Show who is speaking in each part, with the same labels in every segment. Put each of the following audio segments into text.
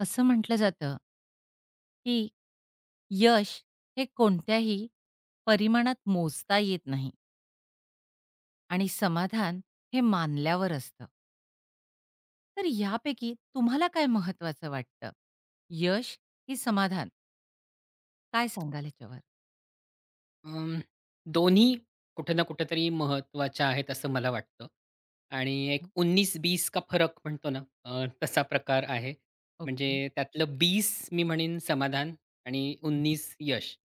Speaker 1: असं म्हटलं जातं, की यश हे कोणत्याही परिमाणात मोजता येत नाही आणि समाधान हे मानल्यावर असतं. तर यापैकी तुम्हाला काय महत्त्वाचं वाटतं? यश की समाधान? काय सांगाल ह्याच्यावर?
Speaker 2: अं, दोन्ही कुठे ना कुठेतरी महत्त्वाच्या आहेत असं मला वाटतं. आणि एक 19-20 का फरक म्हणतो ना, तसा प्रकार आहे. म्हणजे
Speaker 1: ओके.
Speaker 2: त्यातलं 20 मी म्हणेन समाधान आणि 19 यश.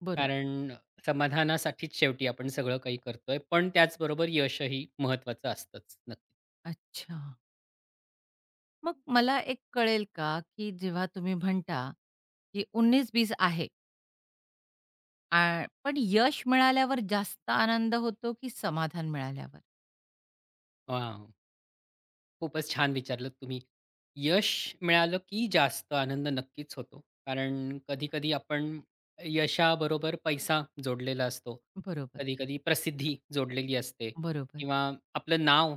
Speaker 1: बरोबर.
Speaker 2: कारण समाधानासाठीच शेवटी आपण सगळं काही करतोय. पण त्याचबरोबर यशही महत्त्वाचं असतंच. नक्की.
Speaker 1: अच्छा. मग मला एक कळेल का, की जेव्हा तुम्ही म्हणता, की 19-20 आहे आ पण यश मिळाल्यावर जास्त आनंद होतो की समाधान मिळाल्यावर?
Speaker 2: वा, खूपच छान विचारलंत तुम्ही. यश मिळालं की जास्त आनंद नक्कीच होतो. कारण कधी-कधी आपण यशाबरोबर पैसा जोडलेला असतो.
Speaker 1: बरोबर,
Speaker 2: कधी-कधी प्रसिद्धी जोडलेली असते
Speaker 1: बरोबर.
Speaker 2: किंवा आपलं नाव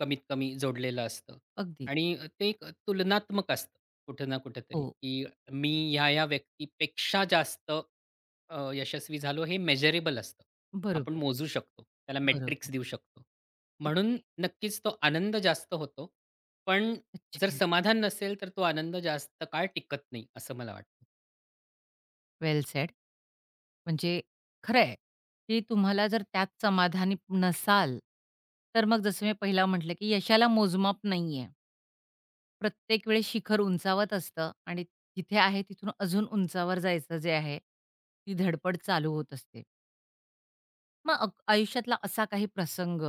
Speaker 2: कमीत कमी जोडलेलं असतं
Speaker 1: अगदी.
Speaker 2: आणि ते एक तुलनात्मक असतं कुठं ना कुठेतरी,
Speaker 1: हो.
Speaker 2: की मी ह्या-ह्या व्यक्तीपेक्षा जास्त यशस्वी झालो हे मेजरेबल असतं. आपण
Speaker 1: बरोबर,
Speaker 2: मोजू शकतो. त्याला
Speaker 1: बरोबर.
Speaker 2: मेट्रिक्स देऊ शकतो. म्हणून
Speaker 1: ओके.
Speaker 2: नक्कीच तो आनंद जास्त होतो. पण जर
Speaker 1: अच्छा.
Speaker 2: समाधान नसेल, तर तो आनंद जास्त काळ टिकत नाही, असं मला वाटतं.
Speaker 1: Well said. म्हणजे खरं आहे, की तुम्हाला जर त्यात समाधानी नसाल, तर मग जसं मी पहिला म्हटलं, की यशाला मोजमाप नाहीये. प्रत्येक वेळेस शिखर उंचावत असतं आणि जिथे आहे तिथून अजून उंचावर जायचं जे आहे, ती धडपड चालू होत असते. मग आयुष्यातला असा काही प्रसंग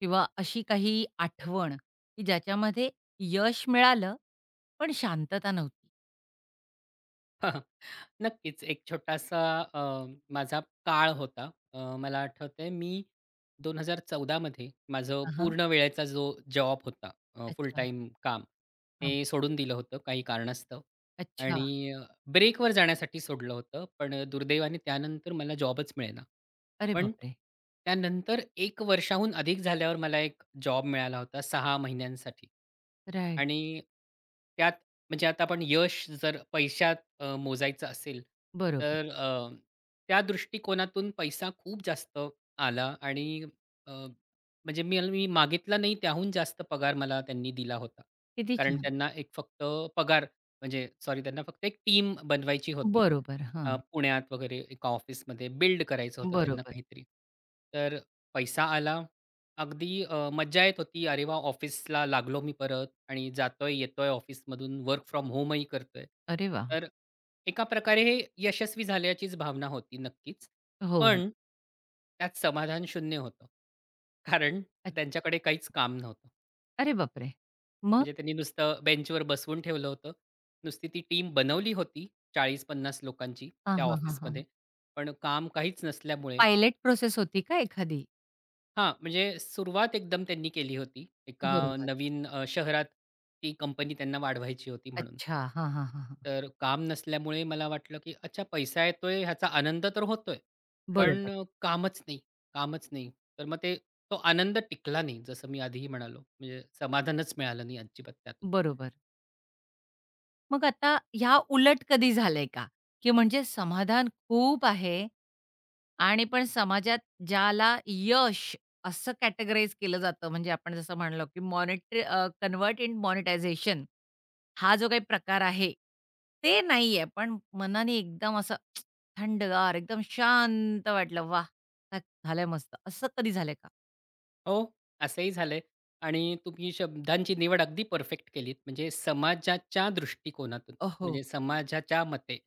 Speaker 1: किंवा अशी काही आठवण, की ज्याच्यामध्ये यश मिळालं, पण शांतता नव्हती?
Speaker 2: नक्कीच. एक छोटासा अ, माझा काळ होता. मला आठवतंय मी 2014 मध्ये माझं
Speaker 1: हां,
Speaker 2: पूर्ण वेळेचा जो जॉब होता, फुल
Speaker 1: अच्छा.
Speaker 2: टाईम काम,
Speaker 1: हां.
Speaker 2: ते सोडून दिलं होतं काही कारणास्तव
Speaker 1: अच्छा.
Speaker 2: आणि ब्रेकवर जाण्यासाठी सोडलं होतं. पण दुर्दैवाने त्यानंतर मला जॉबच मिळेना.
Speaker 1: अरे
Speaker 2: पण
Speaker 1: बापरे!
Speaker 2: त्यानंतर 1 वर्षाहून अधिक झाल्यावर मला एक जॉब मिळाला होता 6 महिन्यांसाठी.
Speaker 1: राइट.
Speaker 2: आणि त्यात म्हणजे आता आपण यश जर पैशा मोजायचं असेल,
Speaker 1: बरोबर.
Speaker 2: तर त्या दृष्टिकोनातून पैसा खूप जास्त आला आणि अ, म्हणजे मी मी मागितला नाही त्याहून जास्त पगार मला त्यांनी दिला होता.
Speaker 1: किती
Speaker 2: कारण
Speaker 1: छान.
Speaker 2: त्यांना एक फक्त पगार म्हणजे सॉरी त्यांना फक्त एक टीम बनवायची होती.
Speaker 1: बरोबर. हां.
Speaker 2: पुण्यात वगैरे एका ऑफिसमध्ये बिल्ड करायचं होतं त्यांना
Speaker 1: बरोबर.
Speaker 2: काहीतरी. तर पैसा आला. अगदी मज्जा येत होती. अरे वाह! ऑफिसला लागलो मी परत आणि जातोय, येतोय ऑफिसमधून, वर्क फ्रॉम होमही करतोय.
Speaker 1: अरे वाह!
Speaker 2: तर एका प्रकारे हे यशस्वी झाल्याचीच भावना होती नक्कीच.
Speaker 1: हो.
Speaker 2: पण त्यात समाधान शून्य होतं. कारण त्यांच्याकडे
Speaker 1: अच्छा.
Speaker 2: काहीच काम नव्हतं.
Speaker 1: अरे बापरे! मग?
Speaker 2: म्हणजे त्यांनी नुसतं बेंचवर बसवून ठेवलं होतं. नुसती ती टीम बनवली होती 40-50 लोकांची
Speaker 1: हां,
Speaker 2: त्या
Speaker 1: हां, हां, हां.
Speaker 2: ऑफिसमध्ये. पण काम काहीच नसल्यामुळे
Speaker 1: पायलट प्रोसेस होती का एखादी?
Speaker 2: हां, म्हणजे सुरुवात एकदम त्यांनी केली होती. एका
Speaker 1: बरोबर.
Speaker 2: नवीन शहरात ती कंपनी त्यांना वाढवायची होती म्हणून.
Speaker 1: अच्छा. हां, हां, हां, हां.
Speaker 2: तर काम नसल्यामुळे मला वाटलं, की अच्छा पैसा येतोय ह्याचा आनंद तर होतोय. पण
Speaker 1: बरोबर.
Speaker 2: कामच नाही, कामच नाही. तर मग ते तो आनंद टिकला नाही. जसं मी आधीही म्हणालो. म्हणजे समाधानच मिळालं नाही अजिबात त्यातून.
Speaker 1: बरोबर. मग आता ह्या उलट कधी झालंय का? की म्हणजे समाधान खूप आहे आणि पण समाजात ज्याला यश असं कॅटेगराईज केलं जातं, म्हणजे आपण जसं म्हणलो की मॉनिटरी कन्व्हर्ट इन मॉनिटायझेशन हा जो काही प्रकार आहे, ते नाहीये. पण मनाने एकदम असं थंडगार, एकदम शांत वाटलं. वाह! काय झालंय मस्त. असं कधी झालंय का?
Speaker 2: हो, असंही झालंय आणि तुम्ही शब्दांची निवड अगदी परफेक्ट केलीत. म्हणजे समाजाच्या दृष्टिकोनातून,
Speaker 1: हो,
Speaker 2: म्हणजे समाजाच्या मते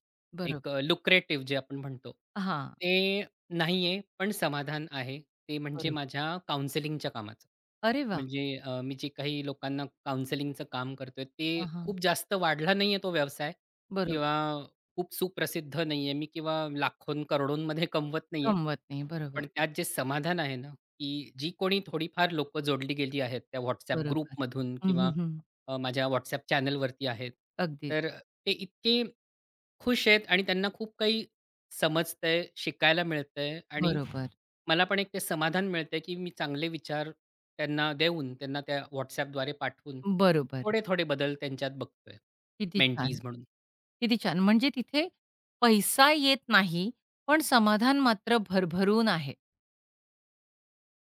Speaker 2: एक
Speaker 1: बरोबर.
Speaker 2: लुक्रेटिव्ह जे आपण म्हणतो,
Speaker 1: हां.
Speaker 2: ते नाहीये, पण समाधान आहे. ते म्हणजे
Speaker 1: बरोबर.
Speaker 2: माझ्या काउन्सेलिंगच्या कामाचं.
Speaker 1: अरे वाह!
Speaker 2: म्हणजे मी जे काही लोकांना काउन्सेलिंगचं काम करतोय, ते
Speaker 1: हां, हां.
Speaker 2: खूप जास्त वाढला नाहीये तो व्यवसाय
Speaker 1: बरोबर.
Speaker 2: किंवा खूप सुप्रसिद्ध नाहीये मी किंवा लाखों, करोडोंमध्ये कमवत नाहीये.
Speaker 1: कमवत नाही. बरोबर.
Speaker 2: पण त्यात जे समाधान आहे ना, की जी कोणी थोडीफार लोकं जोडली गेली आहेत त्या WhatsApp
Speaker 1: बरोबर.
Speaker 2: ग्रुपमधून
Speaker 1: हं, हं,
Speaker 2: किंवा
Speaker 1: हं.
Speaker 2: माझ्या WhatsApp चॅनलवरती आहेत.
Speaker 1: अगदी.
Speaker 2: तर ते इतके खुश आहेत आणि त्यांना खूप काही समजतंय, शिकायला मिळतंय आणि
Speaker 1: बरोबर,
Speaker 2: मला पण एक ते समाधान मिळतंय, की मी चांगले विचार त्यांना देऊन, त्यांना त्या WhatsAppद्वारे पाठवून
Speaker 1: बरोबर.
Speaker 2: थोडे-थोडे बदल त्यांच्यात बघतोय,
Speaker 1: किती छान!
Speaker 2: मेंटीज म्हणून.
Speaker 1: किती छान! म्हणजे तिथे पैसा येत नाही, पण समाधान मात्र भरभरून आहे.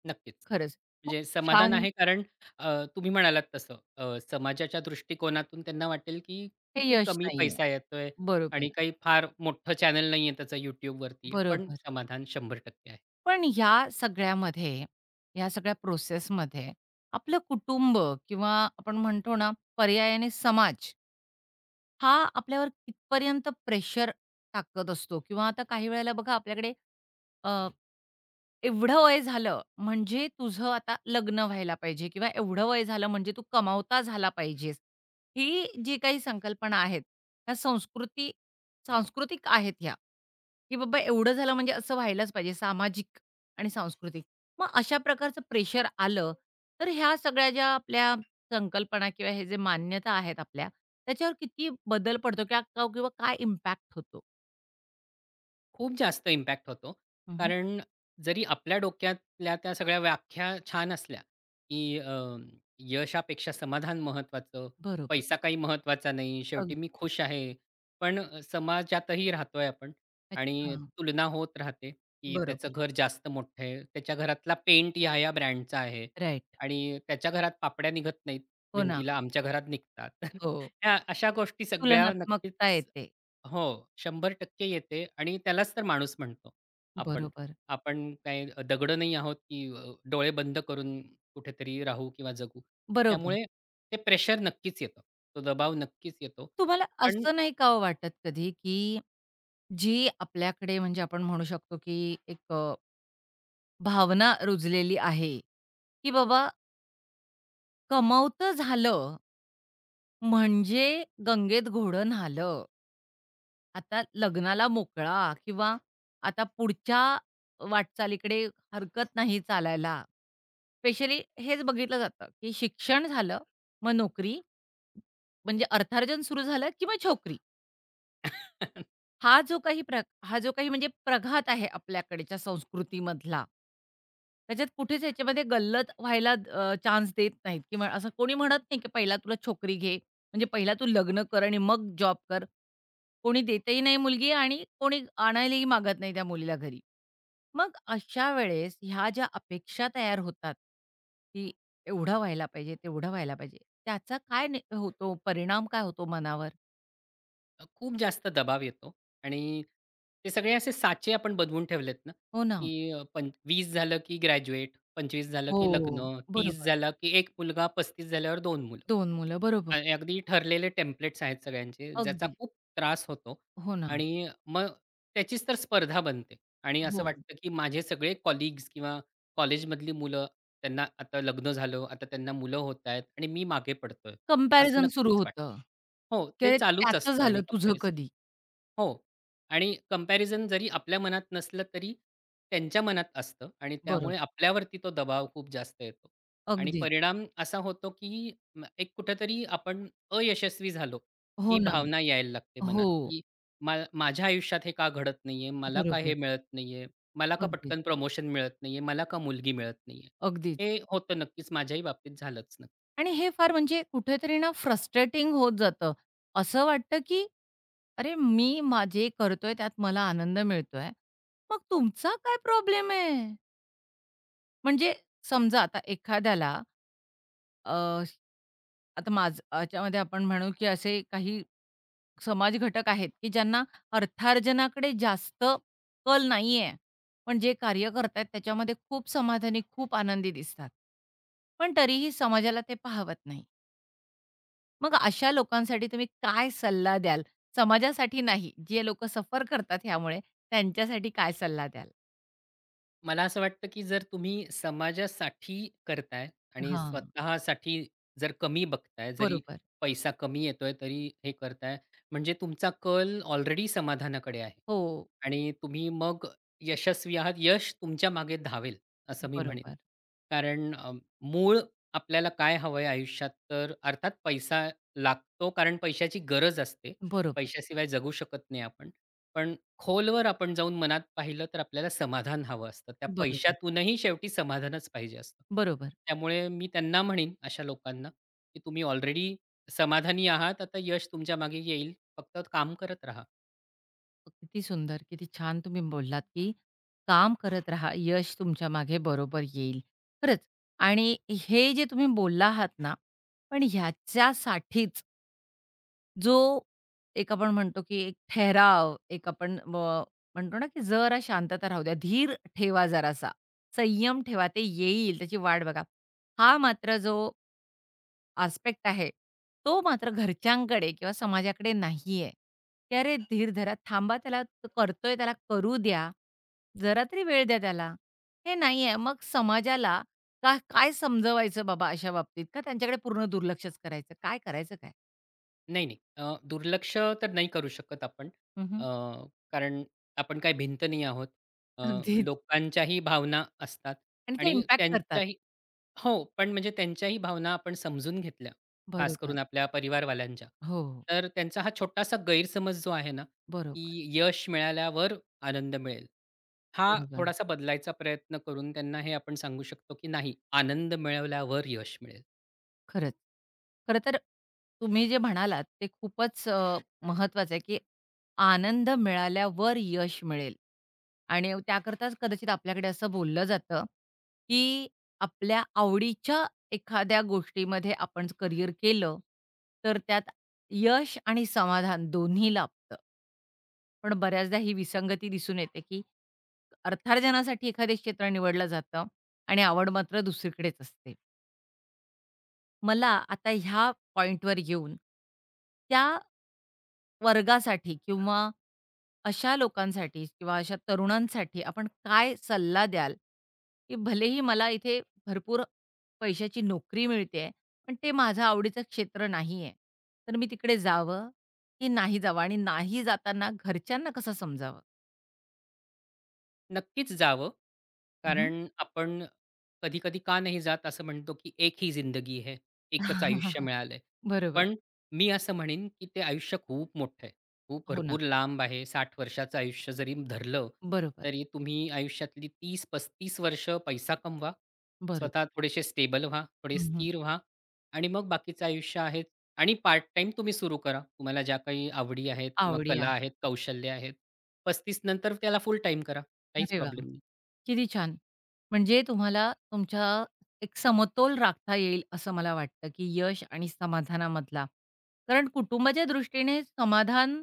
Speaker 2: नक्कीच.
Speaker 1: खरंच खूप
Speaker 2: म्हणजे समाधान
Speaker 1: छान
Speaker 2: आहे कारण तुम्ही म्हणालात तसं समाजाच्या दृष्टिकोनातून त्यांना वाटेल, की
Speaker 1: हे
Speaker 2: किती
Speaker 1: यश
Speaker 2: कमी
Speaker 1: नाहीये.
Speaker 2: पैसा येतोय
Speaker 1: बरोबर,
Speaker 2: आणि काही फार मोठं चॅनल नाहीये त्याचं YouTubeवरती. पण
Speaker 1: बरोबर.
Speaker 2: समाधान 100% आहे.
Speaker 1: पण ह्या सगळ्यामध्ये, ह्या सगळ्या प्रोसेसमध्ये आपलं कुटुंब किंवा आपण म्हणतो ना पर्यायाने समाज हा आपल्यावर कितपर्यंत प्रेशर टाकत असतो किंवा आता काही वेळेला बघा आपल्याकडे अ, एवढं वय झालं म्हणजे तुझं आता लग्न व्हायला पाहिजे किंवा एवढं वय झालं म्हणजे तू कमावता झाला पाहिजेस. ही जी काही संकल्पना आहेत, ह्या संस्कृती सांस्कृतिक आहेत ह्या, की बाबा एवढं झालं म्हणजे असं व्हायलाच पाहिजे सामाजिक आणि सांस्कृतिक. मग अशा प्रकारचं प्रेशर आलं, तर ह्या सगळ्या ज्या आपल्या संकल्पना किंवा हे जे मान्यता आहेत आपल्या, त्याच्यावर किती बदल पडतो क्या का किंवा काय इम्पॅक्ट होतो?
Speaker 2: खूप जास्त इम्पॅक्ट होतो.
Speaker 1: हं.
Speaker 2: कारण जरी आपल्या डोक्यातल्या त्या सगळ्या व्याख्या छान असल्या, की यशापेक्षा समाधान महत्त्वाचं,
Speaker 1: बरोबर.
Speaker 2: पैसा काही महत्वाचा नाही, शेवटी
Speaker 1: अगदी.
Speaker 2: मी खुश आहे. पण समाजातही राहतोय आपण
Speaker 1: अच्छा.
Speaker 2: आणि तुलना होत राहते, की
Speaker 1: बरोबर.
Speaker 2: त्याचं घर जास्त मोठं आहे, त्याच्या घरातला पेंट ह्या-ह्या ब्रँडचा आहे
Speaker 1: राइट.
Speaker 2: आणि त्याच्या घरात पापड्या निघत नाहीत
Speaker 1: हो ना.
Speaker 2: भिंतीला, आमच्या घरात निघतात. तर
Speaker 1: हो.
Speaker 2: ह्या अशा गोष्टी सगळ्या
Speaker 1: तुलनात्मकता
Speaker 2: नक्कीच
Speaker 1: येते.
Speaker 2: हो, 100% येते आणि त्यालाच तर माणूस म्हणतो आपण.
Speaker 1: बरोबर.
Speaker 2: आपण काय दगड नाही आहोत, की डोळे बंद करून कुठेतरी राहू किंवा जगू.
Speaker 1: बरोबर.
Speaker 2: त्यामुळे ते प्रेशर नक्कीच येतं. तो दबाव नक्कीच येतो.
Speaker 1: तुम्हाला
Speaker 2: पण
Speaker 1: असं नाही का ओ वाटत कधी, की जी आपल्याकडे म्हणजे आपण म्हणू शकतो, की एक भावना रुजलेली आहे, की बाबा कमवतं झालं म्हणजे गंगेत घोडं न्हालं. आता लग्नाला मोकळा किंवा आता पुढच्या वाटचालीकडे हरकत नाही चालायला. स्पेशली हेच बघितलं जातं, की शिक्षण झालं, मग नोकरी म्हणजे अर्थार्जन सुरू झालं की मग छोकरी. हा जो काही म्हणजे प्रघात आहे आपल्याकडच्या संस्कृतीमधला, त्याच्यात कुठेच ह्याच्यामध्ये गल्लत व्हायला चान्स देत नाहीत किंवा असं कोणी म्हणत नाही, की पहिला तुला छोकरी घे, म्हणजे पहिला तू लग्न कर आणि मग जॉब कर. कोणी देतही नाही मुलगी आणि कोणी आणायलाही मागत नाही त्या मुलीला घरी. मग अशा वेळेस ह्या ज्या अपेक्षा तयार होतात, की एवढं व्हायला पाहिजे, तेवढं व्हायला पाहिजे. त्याचा काय ने होतो परिणाम काय होतो मनावर?
Speaker 2: खूप जास्त दबाव येतो आणि ते सगळे असे साचे आपण बनवून ठेवलेत ना,
Speaker 1: हो ना.
Speaker 2: की अ, पं 20 झालं की ग्रॅज्युएट, 25 झालं की
Speaker 1: हो,
Speaker 2: लग्न, 30
Speaker 1: बरोबर.
Speaker 2: झालं की एक मुलगा, 35 झाल्यावर 2 मुलं.
Speaker 1: 2 मुलं, बरोबर.
Speaker 2: आणि अगदी ठरलेले टेम्प्लेट्स आहेत सगळ्यांचे, ज्याचा
Speaker 1: अगदी.
Speaker 2: खूप त्रास होतो
Speaker 1: हो ना.
Speaker 2: आणि मग त्याचीच तर स्पर्धा बनते आणि
Speaker 1: हो.
Speaker 2: असं वाटतं की माझे सगळे कलीग्स किंवा कॉलेजमधली मुलं त्यांना आता लग्न झालं, आता त्यांना मुलं होतायत आणि मी मागे पडतोय. असं
Speaker 1: कंपॅरिझन सुरू
Speaker 2: नक्कीच वाटतं.
Speaker 1: होतं.
Speaker 2: हो,
Speaker 1: की
Speaker 2: ते
Speaker 1: "अरे,
Speaker 2: चालूच
Speaker 1: त्याचं
Speaker 2: असतं
Speaker 1: झालं,
Speaker 2: आणि
Speaker 1: तुझं
Speaker 2: कंपॅरिझन
Speaker 1: कधी?"
Speaker 2: हो. आणि कंपॅरिझन जरी आपल्या मनात नसलं तरी त्यांच्या मनात असतं आणि त्यामुळे
Speaker 1: बरोबर.
Speaker 2: आपल्यावरती तो दबाव खूप जास्त येतो. आणि
Speaker 1: अगदीच.
Speaker 2: परिणाम असा होतो की म एक कुठेतरी आपण अयशस्वी झालो,
Speaker 1: हो
Speaker 2: ही
Speaker 1: ना.
Speaker 2: भावना यायला लागते
Speaker 1: हो.
Speaker 2: मनात, की मा माझ्या आयुष्यात हे का घडत नाहीये? मला का
Speaker 1: बरोबर.
Speaker 2: हे मिळत नाहीये? मला का
Speaker 1: अगदीच,
Speaker 2: पटकन प्रमोशन मिळत नाहीये? मला का मुलगी मिळत नाहीये?
Speaker 1: अगदीच.
Speaker 2: हे होतं नक्कीच. माझ्याही बाबतीत झालंच.
Speaker 1: आणि हे फार म्हणजे कुठेतरी ना फ्रस्ट्रेटिंग होत जातं. असं वाटतं, की "अरे, मी मा जे करतोय त्यात मला आनंद मिळतोय, मग तुमचा काय प्रॉब्लेम आहे?" म्हणजे समजा आता एखाद्याला अ, आता माझं आपण म्हणू, की असे काही समाज घटक आहेत, की ज्यांना अर्थार्जनाकडे जास्त कल नाहीये. पण जे कार्य करतायत त्याच्यामध्ये खूप समाधानी, खूप आनंदी दिसतात. पण तरीही समाजाला ते पाहवत नाही. मग अशा लोकांसाठी तुम्ही काय सल्ला द्याल? समाजासाठी नाही, जे लोकं सफर करतात ह्यामुळे त्यांच्यासाठी काय सल्ला द्याल?
Speaker 2: मला असं वाटतं, की जर तुम्ही समाजासाठी करताय आणि
Speaker 1: हां,
Speaker 2: स्वतःसाठी जर कमी बघताय, जरी
Speaker 1: बरोबर.
Speaker 2: पैसा कमी येतोय तरी हे करताय, म्हणजे तुमचा कल ऑलरेडी समाधानाकडे आहे
Speaker 1: हो,
Speaker 2: आणि तुम्ही मग यशस्वी आहात. यश तुमच्या मागे धावेल, असं मी म्हणेन.
Speaker 1: बरोबर,
Speaker 2: कारण मूळ आपल्याला काय हवंय आयुष्यात, तर अर्थात पैसा लागतो कारण पैशाची गरज असते.
Speaker 1: बरोबर,
Speaker 2: पैशाशिवाय जगू शकत नाही आपण. पण खोलवर आपण जाऊन मनात पाहिलं तर आपल्याला समाधान हवं असतं. त्या
Speaker 1: बरोबर,
Speaker 2: पैशातूनही शेवटी समाधानच पाहिजे असतं.
Speaker 1: बरोबर.
Speaker 2: त्यामुळे मी त्यांना म्हणेन अशा लोकांना, की तुम्ही ऑलरेडी समाधानी आहात. आता यश तुमच्या मागे येईल. फक्त काम करत राहा.
Speaker 1: किती सुंदर, किती छान तुम्ही बोललात, की काम करत राहा, यश तुमच्या मागे बरोबर येईल. खरंच आणि हे जे तुम्ही बोलला आहात ना, पण ह्याच्यासाठीच जो एक आपण म्हणतो, की एक ठहराव, एक आपण म म्हणतो ना, की जरा शांतता राहू द्या, धीर ठेवा जरासा, संयम ठेवा, ते येईल, त्याची वाट बघा. हा मात्र जो आस्पेक्ट आहे, तो मात्र घरच्यांकडे किंवा समाजाकडे नाहीये, की "अरे धीर धरा, थांबा त्याला तो करतोय त्याला करू द्या, जरा तरी वेळ द्या त्याला." हे नाहीये. मग समाजाला का काय समजवायचं बाबा अशा बाबतीत? का त्यांच्याकडे पूर्ण दुर्लक्षच करायचं? काय करायचं काय?
Speaker 2: नाही, नाही. दुर्लक्ष तर नाही करू शकत आपण.
Speaker 1: हं,
Speaker 2: अ, कारण आपण काही भिंत नाही आहोत. अ,
Speaker 1: अगदीच.
Speaker 2: लोकांच्याही भावना असतात
Speaker 1: आणि ते
Speaker 2: आणि
Speaker 1: इम्पॅक्ट करतात.
Speaker 2: त्यांच्याही हो, पण म्हणजे त्यांच्याही भावना आपण समजून घेतल्या, खास
Speaker 1: बरोबर.
Speaker 2: करून आपल्या परिवारवाल्यांच्या.
Speaker 1: हो,
Speaker 2: तर त्यांचा हा छोटासा गैरसमज जो आहे ना,
Speaker 1: बरोबर,
Speaker 2: की यश मिळाल्यावर आनंद मिळेल. हा
Speaker 1: बरोबर.
Speaker 2: थोडासा बदलायचा प्रयत्न करून त्यांना हे आपण सांगू शकतो, की नाही, आनंद मिळवल्यावर यश मिळेल.
Speaker 1: खरंच. खरं तर तुम्ही जे म्हणालात ते खूपच महत्त्वाचं आहे, की आनंद मिळाल्यावर यश मिळेल आणि त्याकरताच कदाचित आपल्याकडे असं बोललं जातं, की आपल्या आवडीच्या एखाद्या गोष्टीमध्ये आपण करिअर केलं, तर त्यात यश आणि समाधान दोन्ही लाभतं. पण बऱ्याचदा ही विसंगती दिसून येते, की अर्थार्जनासाठी एखादे क्षेत्र निवडलं जातं आणि आवड मात्र दुसरीकडेच असते. मला आता ह्या पॉइंटवर येऊन, त्या वर्गासाठी किंवा अशा लोकांसाठी किंवा अशा तरुणांसाठी आपण काय सल्ला द्याल? की भलेही मला इथे भरपूर पैशाची नोकरी मिळतेय, पण ते माझं आवडीचं क्षेत्र नाहीये. तर मी तिकडे जावं की नाही जावं? आणि नाही जाताना घरच्यांना कसं समजावं?
Speaker 2: नक्कीच जावं.
Speaker 1: हं,
Speaker 2: कारण आपण कधी-कधी का नाही जात असं म्हणतो, की एक ही जिंदगी है, एकच आयुष्य मिळालंय.
Speaker 1: बरोबर.
Speaker 2: पण मी असं म्हणेन, की ते आयुष्य खूप मोठं आहे. खूप
Speaker 1: हो ना.
Speaker 2: भरपूर लांब आहे. 60 वर्षाचं आयुष्य जरी धरलं,
Speaker 1: बरोबर,
Speaker 2: तरी तुम्ही आयुष्यातली 30-35 वर्ष पैसा कमवा.
Speaker 1: बरोबर.
Speaker 2: स्वतः थोडेसे स्टेबल व्हा, थोडे
Speaker 1: हं,
Speaker 2: स्थिर व्हा आणि मग बाकीचं आयुष्य आहे आणि पार्ट टाईम तुम्ही सुरू करा. तुम्हाला ज्या काही आवडी आहेत किंवा
Speaker 1: आवडी
Speaker 2: कला
Speaker 1: आहे.
Speaker 2: आहेत, कौशल्य आहेत. 35 नंतर त्याला फुल टाईम करा. काहीच
Speaker 1: अरे वाह!
Speaker 2: प्रॉब्लेम नाही.
Speaker 1: किती छान! म्हणजे तुम्हाला तुमच्या एक समतोल राखता येईल असं मला वाटतं, की यश आणि समाधानामधला. कारण कुटुंबाच्या दृष्टीने समाधान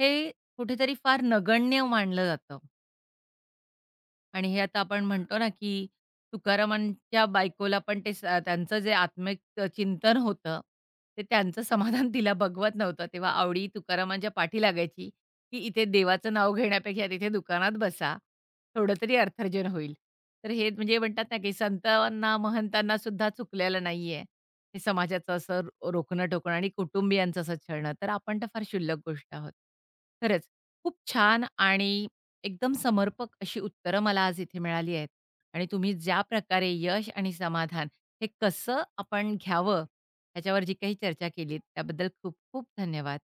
Speaker 1: हे कुठेतरी फार नगण्य मानलं जातं. आणि हे आता आपण म्हणतो ना, की तुकारामांच्या बायकोला पण ते स त्यांचं जे आत्मिक चिंतन होतं, ते त्यांचं समाधान तिला बघवत नव्हतं. तेव्हा आवडी तुकारामांच्या पाठी लागायची, की इथे देवाचं नाव घेण्यापेक्षा तिथे दुकानात बसा, थोडं तरी अर्थार्जन होईल. तर हे म्हणजे म्हणतात ना, की संतांना, महंतांना सुद्धा चुकलेलं नाहीये. हे समाजाचं असं रोखणं-टोकणं आणि कुटुंबियांचं असं छळणं. तर आपण तर फार क्षुल्लक गोष्ट आहोत. खरंच खूप छान आणि एकदम समर्पक अशी उत्तरं मला आज इथे मिळाली आहेत आणि तुम्ही ज्या प्रकारे यश आणि समाधान हे कसं आपण घ्यावं, ह्याच्यावर जी काही चर्चा केलीत त्याबद्दल खूप खूप धन्यवाद.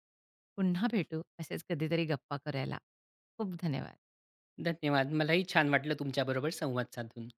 Speaker 1: पुन्हा भेटू असेच कधीतरी गप्पा करायला. खूप धन्यवाद.
Speaker 2: धन्यवाद. मलाही छान वाटलं तुमच्याबरोबर संवाद साधून.